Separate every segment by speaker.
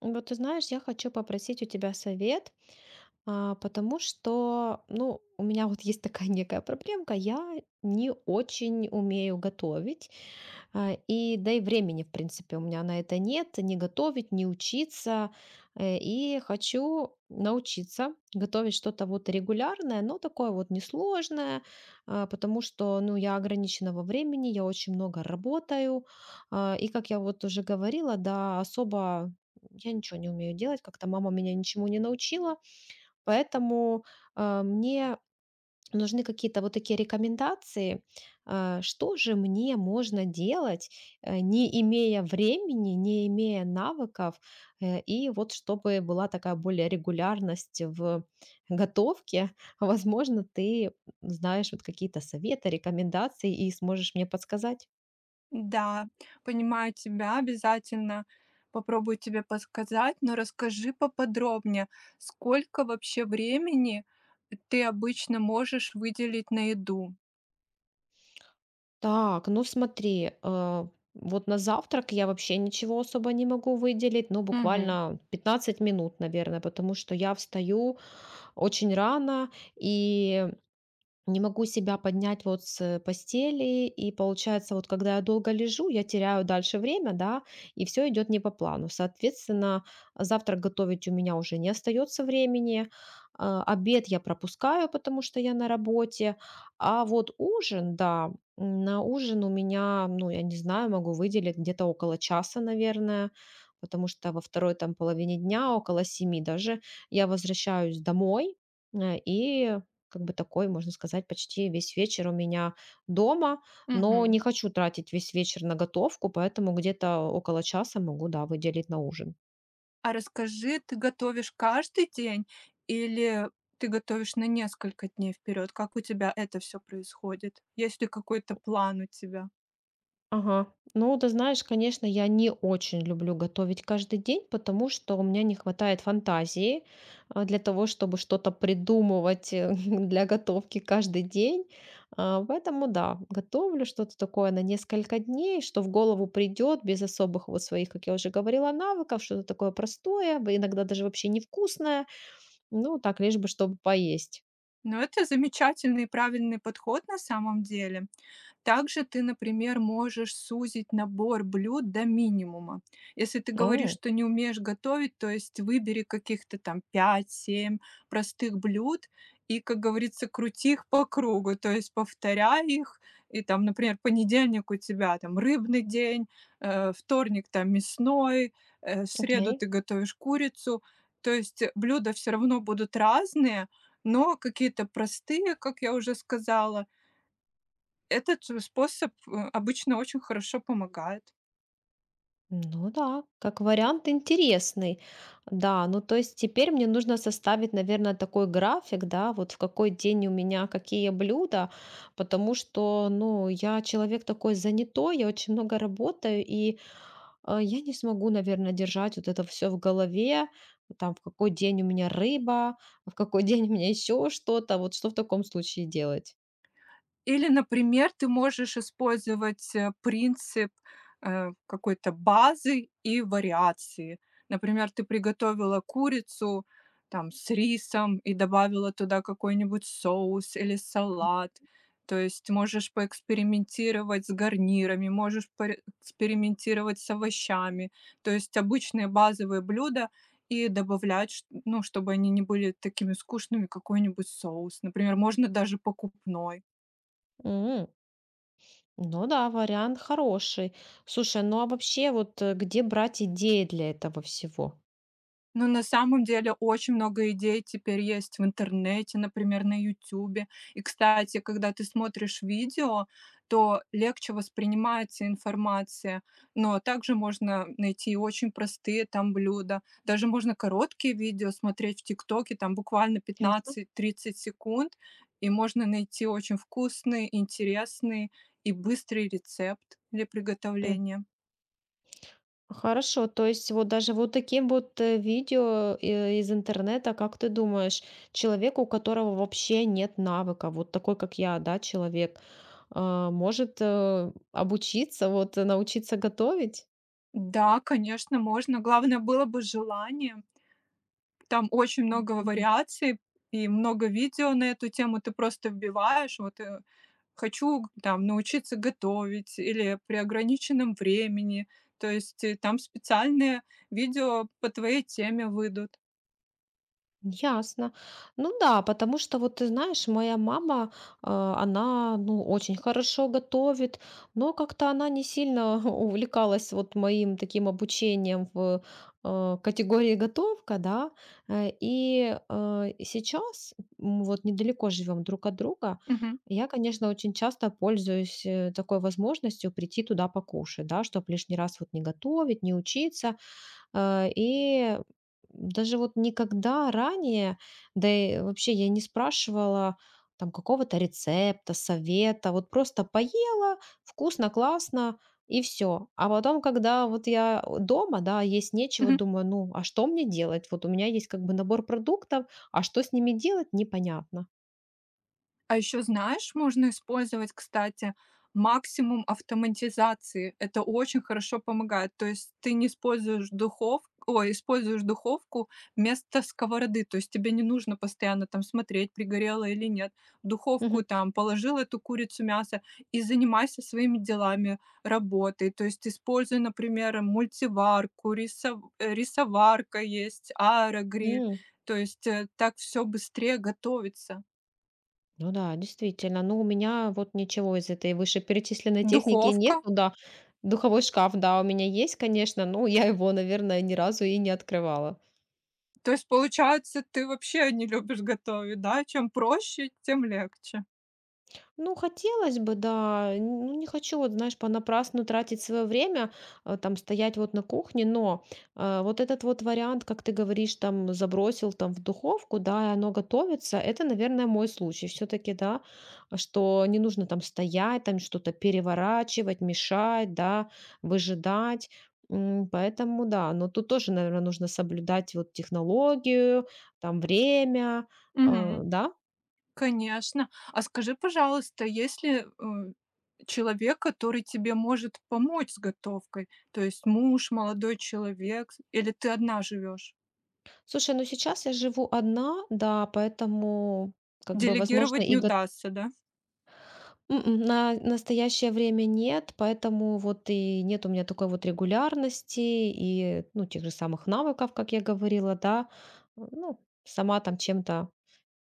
Speaker 1: Вот ты знаешь, я хочу попросить у тебя совет. Потому что, ну, у меня вот есть такая некая проблемка. Я не очень умею готовить. И да и времени, в принципе, у меня на это нет, не готовить, не учиться. И хочу научиться готовить что-то вот регулярное, но такое вот несложное. Потому что, ну, я ограничена во времени, я очень много работаю. И, как я вот уже говорила, да, особо я ничего не умею делать, как-то мама меня ничему не научила. Поэтому мне нужны какие-то вот такие рекомендации. Что же мне можно делать? Не имея времени, не имея навыков. И вот чтобы была такая более регулярность в готовке. Возможно, ты знаешь вот какие-то советы, рекомендации и сможешь мне подсказать.
Speaker 2: Да, понимаю тебя, обязательно попробую тебе подсказать, но расскажи поподробнее, сколько вообще времени ты обычно можешь выделить на еду?
Speaker 1: Так, ну смотри. Вот на завтрак я вообще ничего особо не могу выделить, ну
Speaker 2: Мгм,
Speaker 1: буквально 15 минут, наверное, потому что я встаю очень рано и не могу себя поднять вот с постели. И получается, вот когда я долго лежу, я теряю дальше время, да, и все идет не по плану. Соответственно, завтрак готовить у меня уже не остается времени. А обед я пропускаю, потому что я на работе. А вот ужин, да, на ужин у меня, ну, я не знаю, могу выделить где-то около часа, наверное, потому что во второй там половине дня, около семи даже, я возвращаюсь домой. И как бы такой, можно сказать, почти весь вечер у меня дома, но
Speaker 2: мгм.
Speaker 1: не хочу тратить весь вечер на готовку, поэтому где-то около часа могу, да, выделить на ужин.
Speaker 2: А расскажи, ты готовишь каждый день или ты готовишь на несколько дней вперед? Как у тебя это все происходит? Есть ли какой-то план у тебя?
Speaker 1: Ага. Ну, ты знаешь, конечно, я не очень люблю готовить каждый день, потому что у меня не хватает фантазии для того, чтобы что-то придумывать, для готовки каждый день. Поэтому, да, готовлю что-то такое на несколько дней, что в голову придет без особых вот своих, как я уже говорила, навыков. Что-то такое простое, иногда даже вообще невкусное, ну, так, лишь бы чтобы поесть.
Speaker 2: Но это замечательный и правильный подход на самом деле. Также ты, например, можешь сузить набор блюд до минимума. Если ты говоришь,
Speaker 1: О,
Speaker 2: что не умеешь готовить, то есть выбери каких-то там пять-семь простых блюд и, как говорится, крути их по кругу, то есть повторяй их. И там, например, понедельник у тебя там рыбный день, вторник там мясной, в среду
Speaker 1: окей.
Speaker 2: ты готовишь курицу. То есть блюда все равно будут разные, но какие-то простые, как я уже сказала, этот способ обычно очень хорошо помогает.
Speaker 1: Ну да, как вариант интересный. Да, ну то есть теперь мне нужно составить, наверное, такой график, да, вот в какой день у меня какие блюда, потому что, ну, я человек такой занятой, я очень много работаю. И я не смогу, наверное, держать вот это все в голове, там, в какой день у меня рыба, в какой день у меня еще что-то. Вот что в таком случае делать?
Speaker 2: Или, например, ты можешь использовать, принцип какой-то базы и вариации. Например, ты приготовила курицу там с рисом и добавила туда какой-нибудь соус или салат. То есть можешь поэкспериментировать с гарнирами, можешь поэкспериментировать с овощами. То есть обычные базовые блюда и добавлять, ш ну, чтобы они не были такими скучными, какой-нибудь соус. Например, можно даже покупной.
Speaker 1: М. Ну да, вариант хороший. Слушай, ну а вообще вот где брать идеи для этого всего?
Speaker 2: Ну, на самом деле, очень много идей теперь есть в интернете, например, на «Ютюбе». И, кстати, когда ты смотришь видео, то легче воспринимается информация. Но также можно найти очень простые там блюда. Даже можно короткие видео смотреть в «ТикТоке», там буквально
Speaker 1: Ясно.
Speaker 2: 15-30 секунд, и можно найти очень вкусный, интересный и быстрый рецепт для
Speaker 1: М,
Speaker 2: приготовления.
Speaker 1: Хорошо, то есть вот даже вот таким вот видео из интернета, как ты думаешь, человеку, у которого вообще нет навыка, вот такой, как я, да, человек, может обучиться, вот научиться готовить?
Speaker 2: Да, конечно, можно. Главное было бы желание. Там очень много
Speaker 1: Мгм.
Speaker 2: вариаций и много видео на эту тему. Ты просто вбиваешь, вот, хочу там научиться готовить или при ограниченном времени. То есть там специальные видео по твоей теме выйдут.
Speaker 1: Ясно. Ну да, потому что вот ты знаешь, моя мама, она, ну, очень хорошо готовит, но как-то она не сильно увлекалась вот моим таким обучением в категории готовка, да. И сейчас вот недалеко живем друг от друга.
Speaker 2: Мгм.
Speaker 1: Я, конечно, очень часто пользуюсь такой возможностью прийти туда покушать, да, чтобы лишний раз вот не готовить, не учиться. И даже вот никогда ранее, да и вообще я не спрашивала там какого-то рецепта, совета, вот просто поела, вкусно, классно и все. А потом, когда вот я дома, да, есть нечего,
Speaker 2: Мгм.
Speaker 1: думаю, ну, а что мне делать? Вот у меня есть как бы набор продуктов, а что с ними делать, непонятно.
Speaker 2: А еще, знаешь, можно использовать, кстати, максимум автоматизации. Это очень хорошо помогает. То есть ты не используешь ой, используешь духовку вместо сковороды. То есть тебе не нужно постоянно там смотреть, пригорело или нет. В духовку там положил эту курицу мясо и занимайся своими делами, работой. То есть используй, например, мультиварку, рисоварка есть, аэрогриль.
Speaker 1: Мгм.
Speaker 2: То есть так все быстрее готовится.
Speaker 1: Ну да, действительно. Ну, у меня вот ничего из этой вышеперечисленной техники
Speaker 2: Духовка.
Speaker 1: нет. Ну да. Духовой шкаф, да, у меня есть, конечно, но я его, наверное, ни разу и не открывала.
Speaker 2: То есть, получается, ты вообще не любишь готовить, да? Чем проще, тем легче.
Speaker 1: Ну, хотелось бы, да. Ну, не хочу, вот, знаешь, понапрасну тратить свое время, там, стоять вот на кухне. Но вот этот вот вариант, как ты говоришь, там, забросил там в духовку, да, и оно готовится, это, наверное, мой случай все-таки, да, что не нужно там стоять, там что-то переворачивать, мешать, да, выжидать. Поэтому, да, но тут тоже, наверное, нужно соблюдать вот технологию, там, время,
Speaker 2: Мгм.
Speaker 1: да.
Speaker 2: Конечно. А скажи, пожалуйста, если э, человек, который тебе может помочь с готовкой? То есть муж, молодой человек, или ты одна живешь?
Speaker 1: Слушай, ну сейчас я живу одна, да, поэтому, как бы, возможно,
Speaker 2: Делегировать не
Speaker 1: и го
Speaker 2: удастся, да?
Speaker 1: м на настоящее время нет, поэтому вот и нет у меня такой вот регулярности и, ну, тех же самых навыков, как я говорила, да. Ну, сама там чем-то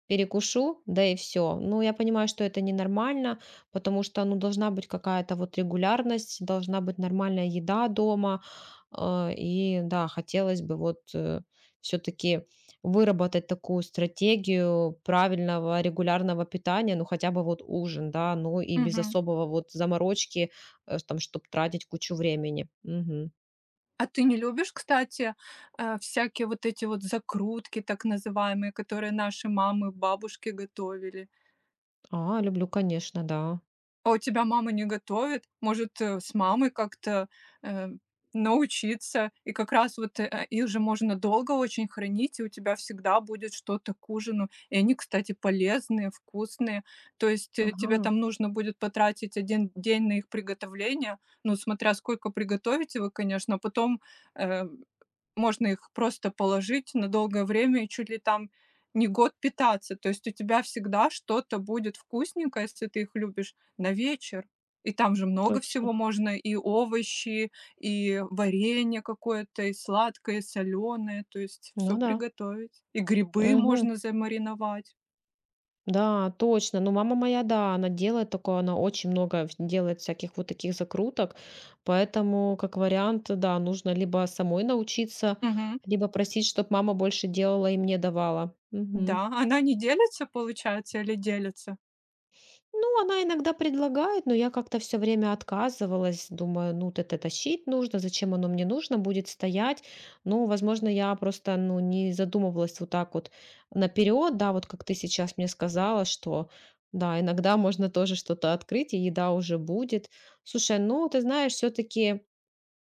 Speaker 1: перекушу, да и все. Ну, я понимаю, что это ненормально, потому что, ну, должна быть какая-то вот регулярность, должна быть нормальная еда дома. И да, хотелось бы вот, все таки выработать такую стратегию правильного регулярного питания, ну, хотя бы вот ужин, да, ну и без
Speaker 2: Мгм.
Speaker 1: особого вот заморочки, там, чтоб тратить кучу времени. Мгм.
Speaker 2: А ты не любишь, кстати, всякие вот эти вот закрутки, так называемые, которые наши мамы, бабушки готовили?
Speaker 1: Люблю, конечно, да.
Speaker 2: А у тебя мама не готовит? Может, с мамой как-то э, научиться? И как раз вот, их же можно долго очень хранить, и у тебя всегда будет что-то к ужину. И они, кстати, полезные, вкусные. То есть тебе
Speaker 1: Ага,
Speaker 2: там нужно будет потратить один день на их приготовление, ну, смотря сколько приготовите вы, конечно. А потом, э можно их просто положить на долгое время и чуть ли там не год питаться. То есть у тебя всегда что-то будет вкусненькое, если ты их любишь, на вечер. И там же много
Speaker 1: точно.
Speaker 2: всего можно, и овощи, и варенье какое-то, и сладкое, и соленое, то есть все
Speaker 1: Ну да.
Speaker 2: приготовить. И грибы
Speaker 1: Мгм.
Speaker 2: можно замариновать.
Speaker 1: Да, точно. Ну, мама моя, да, она делает такое, она очень много делает всяких вот таких закруток, поэтому, как вариант, да, нужно либо самой научиться,
Speaker 2: Мгм.
Speaker 1: либо просить, чтобы мама больше делала и мне давала.
Speaker 2: Да,
Speaker 1: Мгм.
Speaker 2: она не делится, получается, или делится?
Speaker 1: Ну, она иногда предлагает, но я как-то все время отказывалась. Думаю, ну, вот это тащить нужно, зачем оно мне нужно, будет стоять. Ну, возможно, я просто, ну, не задумывалась вот так вот наперед, да, вот как ты сейчас мне сказала, что, да, иногда можно тоже что-то открыть, и еда уже будет. Слушай, ну, ты знаешь, все-таки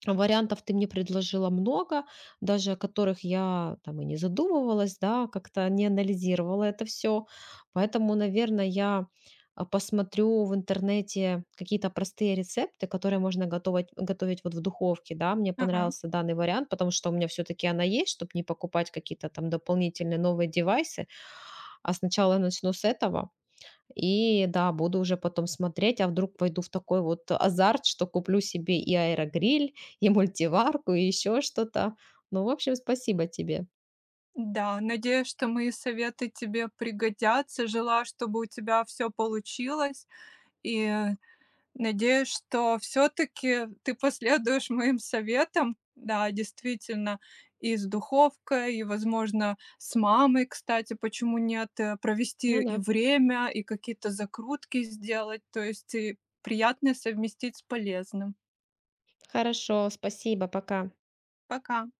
Speaker 1: вариантов ты мне предложила много, даже о которых я там и не задумывалась, да, как-то не анализировала это все. Поэтому, наверное, я посмотрю в интернете какие-то простые рецепты, которые можно готовить, вот в духовке, да. Мне
Speaker 2: Ага.
Speaker 1: понравился данный вариант, потому что у меня все-таки она есть, чтобы не покупать какие-то там дополнительные новые девайсы. А сначала я начну с этого, и да, буду уже потом смотреть, а вдруг пойду в такой вот азарт, что куплю себе и аэрогриль, и мультиварку, и еще что-то. Ну, в общем, спасибо тебе.
Speaker 2: Да, надеюсь, что мои советы тебе пригодятся. Желаю, чтобы у тебя все получилось. И надеюсь, что все таки ты последуешь моим советам. Да, действительно, и с духовкой, и, возможно, с мамой, кстати, почему нет, провести
Speaker 1: Ну
Speaker 2: и
Speaker 1: да.
Speaker 2: время, и какие-то закрутки сделать, то есть и приятное совместить с полезным.
Speaker 1: Хорошо, спасибо, пока.
Speaker 2: Пока.